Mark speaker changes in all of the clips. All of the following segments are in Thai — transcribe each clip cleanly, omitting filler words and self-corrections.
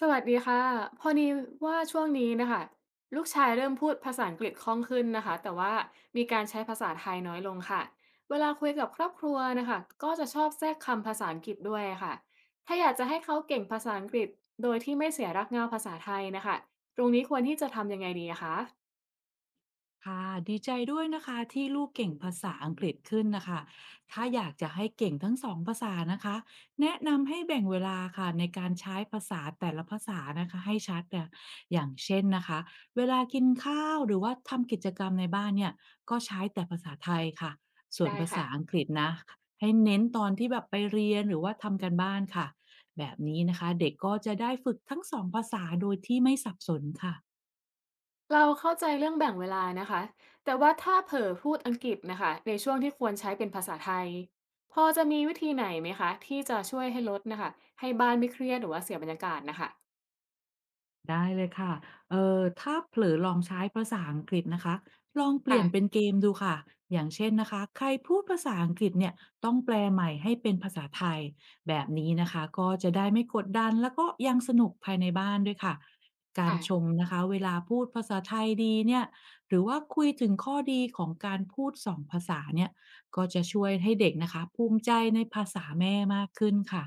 Speaker 1: สวัสดีค่ะพอดีว่าช่วงนี้นะคะลูกชายเริ่มพูดภาษาอังกฤษคล่องขึ้นนะคะแต่ว่ามีการใช้ภาษาไทยน้อยลงค่ะเวลาคุยกับครอบครัวนะคะก็จะชอบแทรกคำภาษาอังกฤษด้วยค่ะถ้าอยากจะให้เขาเก่งภาษาอังกฤษโดยที่ไม่เสียรากเหง้าภาษาไทยนะคะตรงนี้ควรที่จะทำยังไงดีอะคะ
Speaker 2: ค่ะดีใจด้วยนะคะที่ลูกเก่งภาษาอังกฤษขึ้นนะคะ ถ้าอยากจะให้เก่งทั้งสองภาษานะคะแนะนำให้แบ่งเวลาค่ะในการใช้ภาษาแต่ละภาษานะคะให้ชัดเนี่ยอย่างเช่นนะคะเวลากินข้าวหรือว่าทำกิจกรรมในบ้านเนี่ยก็ใช้แต่ภาษาไทยค่ะส่วน
Speaker 1: ได้
Speaker 2: ภา
Speaker 1: ค่ะ
Speaker 2: ษาอังกฤษนะให้เน้นตอนที่แบบไปเรียนหรือว่าทำการบ้านค่ะแบบนี้นะคะเด็กก็จะได้ฝึกทั้งสองภาษาโดยที่ไม่สับสนค่ะ
Speaker 1: เราเข้าใจเรื่องแบ่งเวลานะคะแต่ว่าถ้าเผลอพูดอังกฤษนะคะในช่วงที่ควรใช้เป็นภาษาไทยพอจะมีวิธีไหนไหมคะที่จะช่วยให้ลดนะคะให้บ้านไม่เครียดหรือว่าเสียบรรยากาศนะคะ
Speaker 2: ได้เลยค่ะถ้าเผลอลองใช้ภาษาอังกฤษนะคะลองเปลี่
Speaker 1: อ่ะ
Speaker 2: ยนเป็นเกมดูค่ะอย่างเช่นนะคะใครพูดภาษาอังกฤษเนี่ยต้องแปลใหม่ให้เป็นภาษาไทยแบบนี้นะคะก็จะได้ไม่กดดันแล้วก็ยังสนุกภายในบ้านด้วยค่ะ การ
Speaker 1: ค่ะ
Speaker 2: ชมนะคะเวลาพูดภาษาไทยดีเนี่ยหรือว่าคุยถึงข้อดีของการพูดสองภาษาเนี่ยก็จะช่วยให้เด็กนะคะภูมิใจในภาษาแม่มากขึ้นค่ะ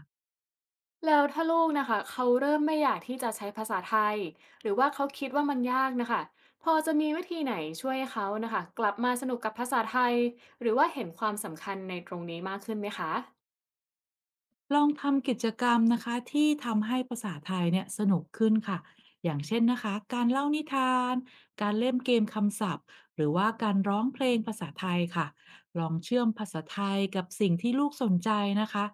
Speaker 1: แล้วถ้าลูกนะคะเขาเริ่มไม่อยากที่จะใช้ภาษาไทยหรือว่าเขาคิดว่ามันยากนะคะพอจะมีวิธีไหนช่วยให้เขานะคะกลับมาสนุกกับภาษาไทยหรือว่าเห็นความสำคัญในตรงนี้มากขึ้นไหมคะ
Speaker 2: ลองทำกิจกรรมนะคะที่ทำให้ภาษาไทยเนี่ยสนุกขึ้นค่ะ อย่างเช่นนะคะการเล่านิทาน การเล่นเกมคำศัพท์หรือว่าการร้องเพลงภาษาไทยค่ะลองเชื่อมภาษาไทยกับสิ่งที่ลูกสนใจนะคะ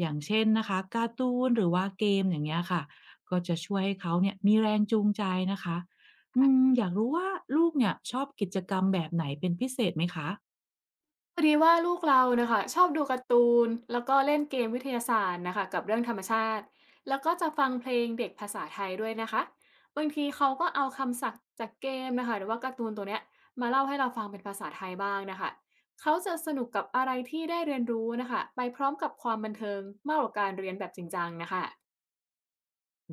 Speaker 2: อย่างเช่นนะคะการ์ตูนหรือว่าเกมอย่างเงี้ยค่ะ ก็จะช่วยให้เขาเนี่ยมีแรงจูงใจนะคะอยากรู้ว่าลูกเนี่ยชอบกิจกรรมแบบไหนเป็นพิเศษไหมคะ
Speaker 1: พอดีว่าลูกเรานะคะชอบดูการ์ตูนแล้วก็เล่นเกมวิทยาศาสตร์นะคะกับเรื่องธรรมชาติแล้วก็จะฟังเพลงเด็กภาษาไทยด้วยนะคะบางทีเขาก็เอาคำศัพท์จากเกมนะคะหรือว่าการ์ตูนตัวเนี้ยมาเล่าให้เราฟังเป็นภาษาไทยบ้างนะคะเขาจะสนุกกับอะไรที่ได้เรียนรู้นะคะไปพร้อมกับความบันเทิงมากกว่าการเรียนแบบจริงจังนะคะ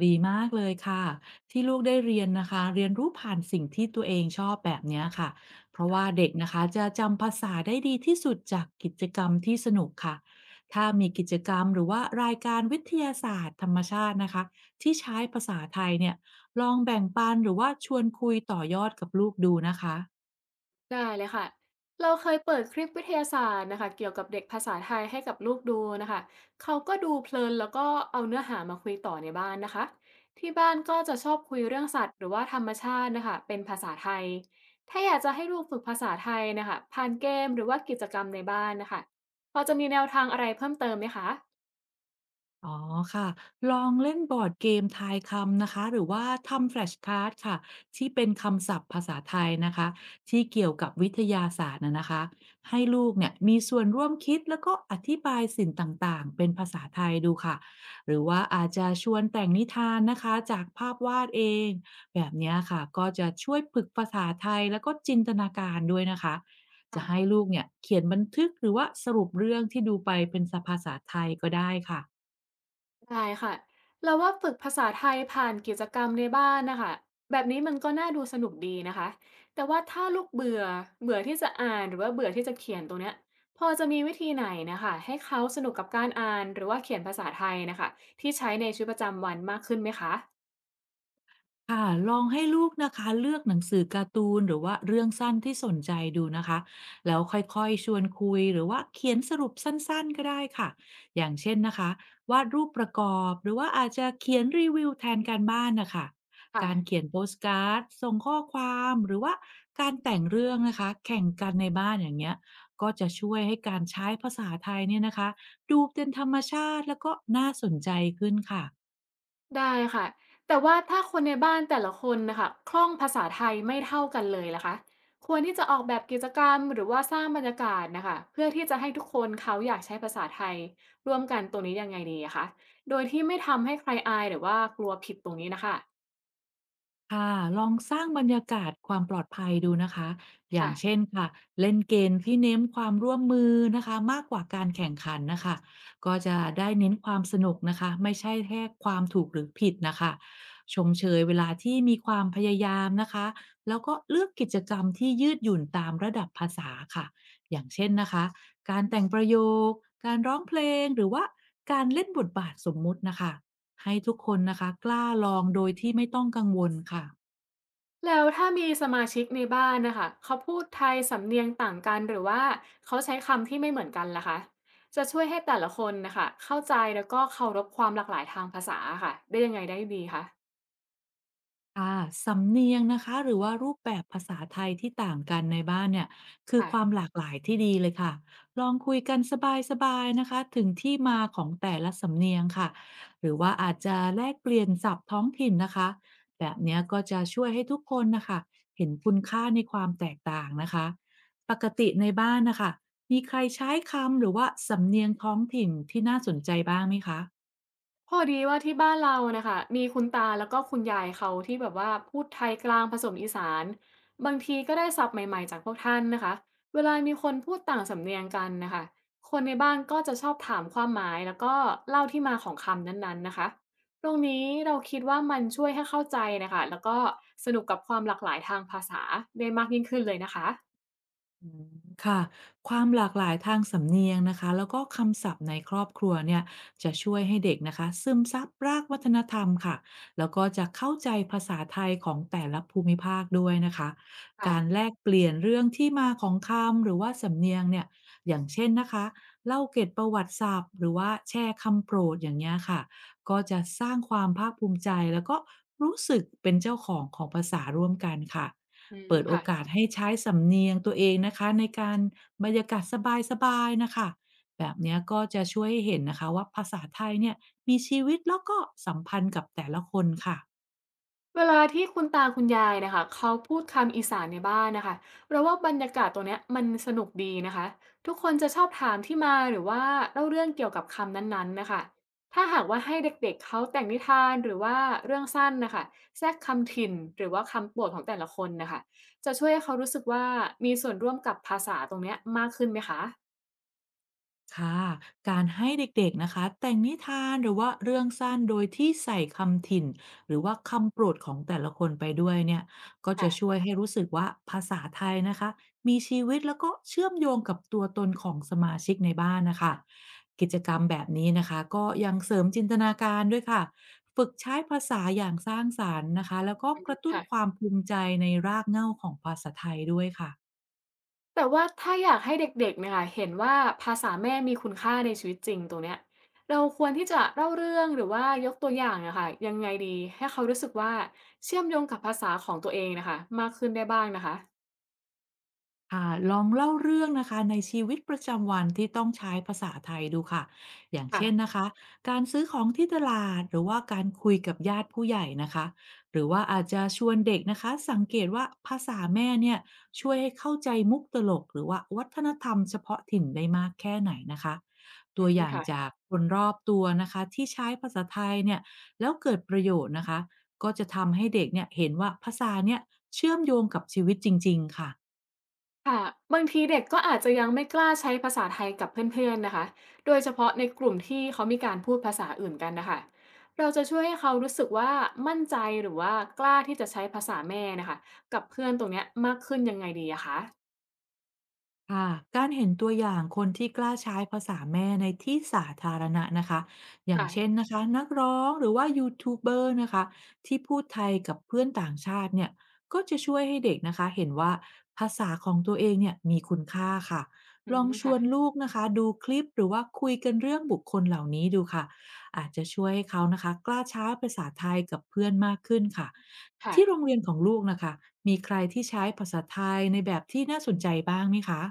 Speaker 2: ดีมากเลยค่ะที่ลูกได้เรียนนะคะเรียนรู้ผ่านสิ่งที่ตัวเองชอบแบบเนี้ยค่ะเพราะว่าเด็กนะคะจะจำภาษาได้ดีที่สุดจากกิจกรรมที่สนุกค่ะถ้ามีกิจกรรมหรือว่ารายการวิทยาศาสตร์ธรรมชาตินะคะที่ใช้ภาษาไทยเนี่ยลองแบ่งปันหรือว่าชวนคุยต่อยอดกับลูกดูนะคะ
Speaker 1: ได้เลยค่ะเราเคยเปิดคลิปวิทยาศาสตร์นะคะเกี่ยวกับเด็กภาษาไทยให้กับลูกดูนะคะเขาก็ดูเพลินแล้วก็เอาเนื้อหามาคุยต่อในบ้านนะคะที่บ้านก็จะชอบคุยเรื่องสัตว์หรือว่าธรรมชาตินะคะเป็นภาษาไทย ถ้าอยากจะให้ลูกฝึกภาษาไทยนะคะผ่านเกมหรือว่ากิจกรรมในบ้านนะคะพอจะมีแนวทางอะไรเพิ่มเติมไหมคะ
Speaker 2: อ๋อค่ะลองเล่นบอร์ดเกมทายคำนะคะหรือว่าทำแฟลชการ์ดค่ะที่เป็นคำศัพท์ภาษาไทยนะคะที่เกี่ยวกับวิทยาศาสตร์นะคะให้ลูกเนี่ยมีส่วนร่วมคิดแล้วก็อธิบายสิ่งต่างๆเป็นภาษาไทยดูค่ะหรือว่าอาจจะชวนแต่งนิทานนะคะจากภาพวาดเองแบบเนี้ยค่ะก็จะช่วยฝึกภาษาไทยแล้วก็จินตนาการด้วยนะคะจะให้ลูกเนี่ยเขียนบันทึกหรือว่าสรุปเรื่องที่ดูไปเป็นภาษาไทยก็ได้ค่ะ
Speaker 1: ได้ค่ะเราวว่าฝึกภาษาไทยผ่านกิจกรรมในบ้านนะคะแบบนี้มันก็น่าดูสนุกดีนะคะแต่ว่าถ้าลูกเบื่อเบื่อที่จะอ่านหรือว่าเบื่อที่จะเขียนตรงเนี้ยพอจะมีวิธีไหนนะคะให้เขาสนุกกับการอ่านหรือว่าเขียนภาษาไทยนะคะที่ใช้ในชีวิตประจำวันมากขึ้นไหมคะ
Speaker 2: ค่ะลองให้ลูกนะคะเลือกหนังสือการ์ตูนหรือว่าเรื่องสั้นที่สนใจดูนะคะแล้วค่อยๆชวนคุยหรือว่าเขียนสรุปสั้นๆก็ได้ค่ะอย่างเช่นนะคะวาดรูปประกอบหรือว่าอาจจะเขียนรีวิวแทนการบ้านนะคะ
Speaker 1: ค่ะ
Speaker 2: การเขียนโปสการ์ดส่งข้อความหรือว่าการแต่งเรื่องนะคะแข่งกันในบ้านอย่างเงี้ยก็จะช่วยให้การใช้ภาษาไทยเนี่ยนะคะดูเป็นธรรมชาติแล้วก็น่าสนใจขึ้นค่ะ
Speaker 1: ได้ค่ะแต่ว่าถ้าคนในบ้านแต่ละคนนะคะคล่องภาษาไทยไม่เท่ากันเลยล่ะคะควรที่จะออกแบบกิจกรรมหรือว่าสร้างบรรยากาศนะคะเพื่อที่จะให้ทุกคนเขาอยากใช้ภาษาไทยร่วมกันตัวนี้ยังไงดีอะคะโดยที่ไม่ทำให้ใครอายหรือว่ากลัวผิดตรงนี้นะคะ
Speaker 2: ค่ะลองสร้างบรรยากาศความปลอดภัยดูนะคะ อย่าง
Speaker 1: ค่ะ
Speaker 2: เช่นค่ะ เล่นเกมที่เน้นความร่วมมือนะคะมากกว่าการแข่งขันนะคะ ก็จะได้เน้นความสนุกนะคะไม่ใช่แค่ความถูกหรือผิดนะคะ ชมเชยเวลาที่มีความพยายามนะคะแล้วก็เลือกกิจกรรมที่ยืดหยุ่นตามระดับภาษาค่ะ อย่างเช่นนะคะ การแต่งประโยคการร้องเพลงหรือว่าการเล่นบทบาทสมมุตินะคะ ให้ทุกคนนะคะกล้าลองโดยที่ไม่ต้องกังวลค่ะ
Speaker 1: แล้วถ้ามีสมาชิกในบ้านนะคะเขาพูดไทยสำเนียงต่างกันหรือว่าเขาใช้คำที่ไม่เหมือนกันล่ะคะจะช่วยให้แต่ละคนนะคะเข้าใจแล้วก็เคารพความหลากหลายทางภาษาค่ะได้ยังไงได้ดีคะ
Speaker 2: อ่าสำเนียงนะคะหรือว่ารูปแบบภาษาไทยที่ต่างกันในบ้านเนี่ยคือ
Speaker 1: ค่ะ
Speaker 2: ความหลากหลายที่ดีเลยค่ะลองคุยกันสบายๆนะคะถึงที่มาของแต่ละสำเนียงค่ะหรือว่าอาจจะแลกเปลี่ยนศัพท์ท้องถิ่นนะคะแบบเนี้ยก็จะช่วยให้ทุกคนนะคะเห็นคุณค่าในความแตกต่างนะคะปกติในบ้านนะคะมีใครใช้คำหรือว่าสำเนียงท้องถิ่นที่น่าสนใจบ้างไหมคะ
Speaker 1: พอดีว่าที่บ้านเรานะคะมีคุณตาแล้วก็คุณยายเขาที่แบบว่าพูดไทยกลางผสมอีสานบางทีก็ได้ศัพท์ใหม่ๆจากพวกท่านนะคะเวลามีคนพูดต่างสำเนียงกันนะคะคนในบ้านก็จะชอบถามความหมายแล้วก็เล่าที่มาของคำนั้นๆนะคะตรงนี้เราคิดว่ามันช่วยให้เข้าใจนะคะแล้วก็สนุกกับความหลากหลายทางภาษาได้มากยิ่งขึ้นเลยนะคะ
Speaker 2: อืมค่ะความหลากหลายทางสำเนียงนะคะแล้วก็คำศัพท์ในครอบครัวเนี่ยจะช่วยให้เด็กนะคะซึมซับรากวัฒนธรรมค่ะแล้วก็จะเข้าใจภาษาไทยของแต่ละภูมิภาคด้วยนะคะการ
Speaker 1: ค่ะ
Speaker 2: แลกเปลี่ยนเรื่องที่มาของคำหรือว่าสำเนียงเนี่ยอย่างเช่นนะคะเล่าเกร็ดประวัติศาสตร์หรือว่าแชร์คำโปรดอย่างเงี้ยค่ะก็จะสร้างความภาคภูมิใจแล้วก็รู้สึกเป็นเจ้าของของภาษาร่วมกันค่ะ
Speaker 1: อืม
Speaker 2: เปิดโอ
Speaker 1: ค่ะ
Speaker 2: กาสให้ใช้สำเนียงตัวเองนะคะในการบรรยากาศสบายๆน่ะค่ะแบบเนี้ยก็จะช่วยให้เห็นนะคะว่าภาษาไทยเนี่ยมีชีวิตแล้วก็สัมพันธ์กับแต่ละคนค่ะ
Speaker 1: เวลาที่คุณตาคุณยายนะคะเขาพูดคำอีสานในบ้านนะคะเราว่าบรรยากาศตรงเนี้ยมันสนุกดีนะคะทุกคนจะชอบถามที่มาหรือว่าเล่าเรื่องเกี่ยวกับคำนั้นๆนะคะถ้าหากว่าให้เด็กๆเขาแต่งนิทานหรือว่าเรื่องสั้นนะคะแทรกคำถิ่นหรือว่าคำโปรดของแต่ละคนนะคะจะช่วยให้เขารู้สึกว่ามีส่วนร่วมกับภาษาตรงเนี้ยมากขึ้นไหมคะ
Speaker 2: ค่ะการให้เด็กๆนะคะแต่งนิทานหรือว่าเรื่องสั้นโดยที่ใส่คำถิ่นหรือว่าคำโปรดของแต่ละคนไปด้วยเนี่ยก็
Speaker 1: ค่ะ
Speaker 2: จะช่วยให้รู้สึกว่าภาษาไทยนะคะมีชีวิตแล้วก็เชื่อมโยงกับตัวตนของสมาชิกในบ้านนะคะกิจกรรมแบบนี้นะคะก็ยังเสริมจินตนาการด้วยค่ะฝึกใช้ภาษาอย่างสร้างสรรค์นะคะแล้วก็กระตุ้นควา
Speaker 1: ค่ะ
Speaker 2: มภูมิใจในรากเหง้าของภาษาไทยด้วยค่ะ
Speaker 1: แต่ว่าถ้าอยากให้เด็กๆเนี่ยค่ะเห็นว่าภาษาแม่มีคุณค่าในชีวิตจริงตรงเนี้ยเราควรที่จะเล่าเรื่องหรือว่ายกตัวอย่างอะค่ะยังไงดีให้เขารู้สึกว่าเชื่อมโยงกับภาษาของตัวเองนะคะมากขึ้นได้บ้างนะคะ
Speaker 2: ค่ะลองเล่าเรื่องนะคะในชีวิตประจำวันที่ต้องใช้ภาษาไทยดูค่ะ อย่างเช่น
Speaker 1: ค่ะ
Speaker 2: นะคะการซื้อของที่ตลาดหรือว่าการคุยกับญาติผู้ใหญ่นะคะหรือว่าอาจจะชวนเด็กนะคะสังเกตว่าภาษาแม่เนี่ยช่วยให้เข้าใจมุกตลกหรือว่าวัฒนธรรมเฉพาะถิ่นได้มากแค่ไหนนะคะ
Speaker 1: อื
Speaker 2: ตัว
Speaker 1: ม
Speaker 2: อย่างจา
Speaker 1: ค่ะ
Speaker 2: กคนรอบตัวนะคะที่ใช้ภาษาไทยเนี่ยแล้วเกิดประโยชน์นะคะก็จะทำให้เด็กเนี่ยเห็นว่าภาษาเนี่ยเชื่อมโยงกับชีวิตจริงๆค่ะ
Speaker 1: ค่ะบางทีเด็กก็อาจจะยังไม่กล้าใช้ภาษาไทยกับเพื่อนๆนะคะโดยเฉพาะในกลุ่มที่เขามีการพูดภาษาอื่นกันนะคะเราจะช่วยให้เขารู้สึกว่ามั่นใจหรือว่ากล้าที่จะใช้ภาษาแม่นะคะกับเพื่อนตรงเนี้ยมากขึ้นยังไงดีอะคะ
Speaker 2: ค่ะการเห็นตัวอย่างคนที่กล้าใช้ภาษาแม่ในที่สาธารณะนะคะอย่างเช่น
Speaker 1: ค่ะ
Speaker 2: นะคะนักร้องหรือว่ายูทูบเบอร์นะคะที่พูดไทยกับเพื่อนต่างชาติเนี่ยก็จะช่วยให้เด็กนะคะเห็นว่าภาษาของตัวเองเนี่ยมีคุณค่าค่ะ
Speaker 1: อื
Speaker 2: ลอง
Speaker 1: ม
Speaker 2: ช
Speaker 1: ค่ะ
Speaker 2: วนลูกนะคะดูคลิปหรือว่าคุยกันเรื่องบุคคลเหล่านี้ดูค่ะอาจจะช่วยให้เขานะคะกล้าใช้ภาษาไทยกับเพื่อนมากขึ้นค่ะ
Speaker 1: ค่ะ
Speaker 2: ที่โรงเรียนของลูกนะคะมีใครที่ใช้ภาษาไทยในแบบที่น่าสนใจบ้างไหมคะ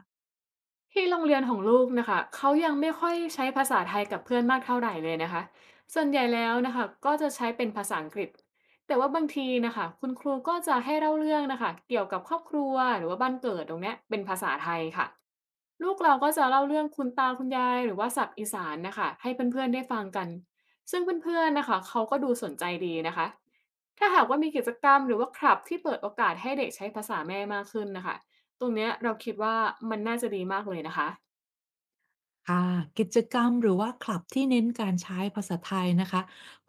Speaker 1: ที่โรงเรียนของลูกน่ะคะเขายังไม่ค่อยใช้ภาษาไทยกับเพื่อนมากเท่าไหรเลยนะคะส่วนใหญ่แล้วนะคะก็จะใช้เป็นภาษาอังกฤษแต่ว่าบางทีนะคะคุณครูก็จะให้เล่าเรื่องนะค่ะเกี่ยวกับครอบครัวหรือว่าบ้านเกิดตรงเนี้ยเป็นภาษาไทยค่ะลูกเราก็จะเล่าเรื่องคุณตาคุณยายหรือว่าศัพท์อีสานนะคะให้เพื่อนๆได้ฟังกัน ซึ่งเพื่อนๆน่ะคะเขาก็ดูสนใจดีนะคะถ้าหากว่ามีกิจกรรมหรือว่าคลับที่เปิดโอกาสให้เด็กใช้ภาษาแม่มากขึ้นนะคะ ตรงเนี้ยเราคิดว่ามันน่าจะดีมากเลยนะคะ
Speaker 2: ค่ะกิจกรรมหรือว่าคลับที่เน้นการใช้ภาษาไทยนะคะ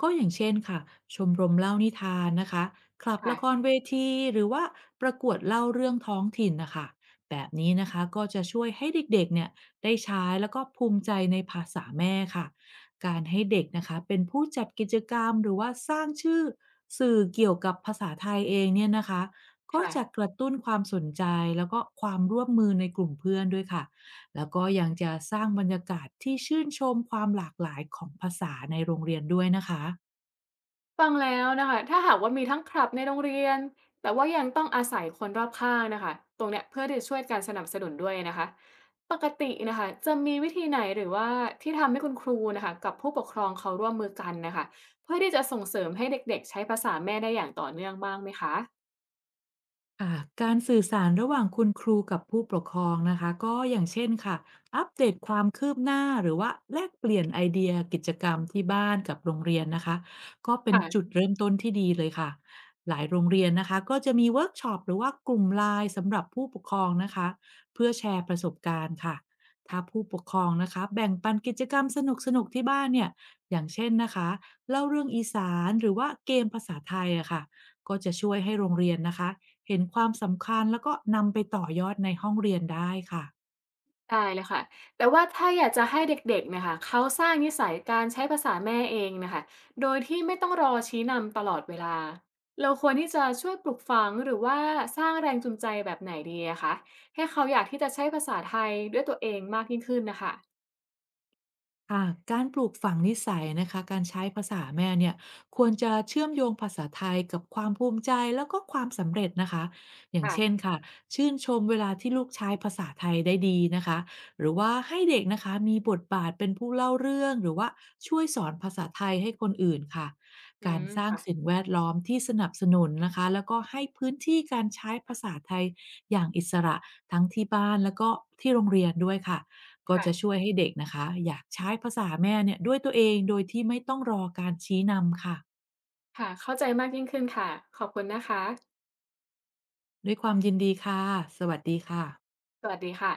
Speaker 2: ก็อย่างเช่นค่ะชมรมเล่านิทานนะคะคลับละคร
Speaker 1: ค่ะ
Speaker 2: เวทีหรือว่าประกวดเล่าเรื่องท้องถิ่นนะคะแบบนี้นะคะก็จะช่วยให้เด็กๆเนี่ยได้ใช้แล้วก็ภูมิใจในภาษาแม่ค่ะการให้เด็กนะคะเป็นผู้จัดกิจกรรมหรือว่าสร้างชื่อสื่อเกี่ยวกับภาษาไทยเองเนี่ยนะคะก็
Speaker 1: ค่ะ
Speaker 2: จะกระตุ้นความสนใจแล้วก็ความร่วมมือในกลุ่มเพื่อนด้วยค่ะ แล้วก็ยังจะสร้างบรรยากาศที่ชื่นชมความหลากหลายของภาษาในโรงเรียนด้วยนะคะ
Speaker 1: ฟังแล้วนะคะ ถ้าหากว่ามีทั้งคลับในโรงเรียน แต่ว่ายังต้องอาศัยคนรอบข้างนะคะตรงเนี้ยเพื่อที่จะช่วยการสนับสนุนด้วยนะคะปกตินะคะจะมีวิธีไหนหรือว่าที่ทำให้คุณครูนะคะกับผู้ปกครองเขาร่วมมือกันน่ะคะเพื่อที่จะส่งเสริมให้เด็กๆใช้ภาษาแม่ได้อย่างต่อเนื่องบ้างไหมคะ
Speaker 2: ค่ะการสื่อสารระหว่างคุณครูกับผู้ปกครองนะคะก็อย่างเช่นค่ะอัปเดตความคืบหน้าหรือว่าแลกเปลี่ยนไอเดียกิจกรรมที่บ้านกับโรงเรียนนะคะก็เป็นจุด
Speaker 1: ค่ะ
Speaker 2: เริ่มต้นที่ดีเลยค่ะหลายโรงเรียนนะคะก็จะมีเวิร์กช็อปหรือว่ากลุ่มไลน์สำหรับผู้ปกครองนะคะเพื่อแชร์ประสบการณ์ค่ะถ้าผู้ปกครองนะคะแบ่งปันกิจกรรมสนุกๆที่บ้านเนี่ยอย่างเช่นนะคะเล่าเรื่องอีสานหรือว่าเกมภาษาไทยอะค่ะก็จะช่วยให้โรงเรียนนะคะ เห็นความสำคัญแล้วก็นำไปต่อยอดในห้องเรียนได้ค่ะ
Speaker 1: ได้เลยค่ะ แต่ว่าถ้าอยากจะให้เด็กๆเนะคะเขาสร้างนิสัยการใช้ภาษาแม่เองนะคะโดยที่ไม่ต้องรอชี้นำตลอดเวลา เราควรที่จะช่วยปลูกฝังหรือว่าสร้างแรงจูงใจแบบไหนดีอะคะให้เขาอยากที่จะใช้ภาษาไทยด้วยตัวเองมากยิ่งขึ้นนะคะ
Speaker 2: ค่ะการปลูกฝังนิสัยนะคะการใช้ภาษาแม่เนี่ยควรจะเชื่อมโยงภาษาไทยกับความภูมิใจแล้วก็ความสำเร็จนะคะอย่างเช่น
Speaker 1: ค่ะ
Speaker 2: ค่ะชื่นชมเวลาที่ลูกใช้ภาษาไทยได้ดีนะคะหรือว่าให้เด็กนะคะมีบทบาทเป็นผู้เล่าเรื่องหรือว่าช่วยสอนภาษาไทยให้คนอื่นค่ะ
Speaker 1: อื
Speaker 2: การ
Speaker 1: ม
Speaker 2: สร้าง
Speaker 1: ค่ะ
Speaker 2: สิ่งแวดล้อมที่สนับสนุนนะคะแล้วก็ให้พื้นที่การใช้ภาษาไทยอย่างอิสระทั้งที่บ้านแล้วก็ที่โรงเรียนด้วยค่ะ ก็
Speaker 1: ค่ะ
Speaker 2: จะช่วยให้เด็กนะคะอยากใช้ภาษาแม่เนี่ยด้วยตัวเองโดยที่ไม่ต้องรอการชี้นำค่ะ
Speaker 1: ค่ะเข้าใจมากยิ่งขึ้นค่ะขอบคุณนะคะ
Speaker 2: ด้วยความยินดีค่ะสวัสดีค่ะ
Speaker 1: สวัสดีค่ะ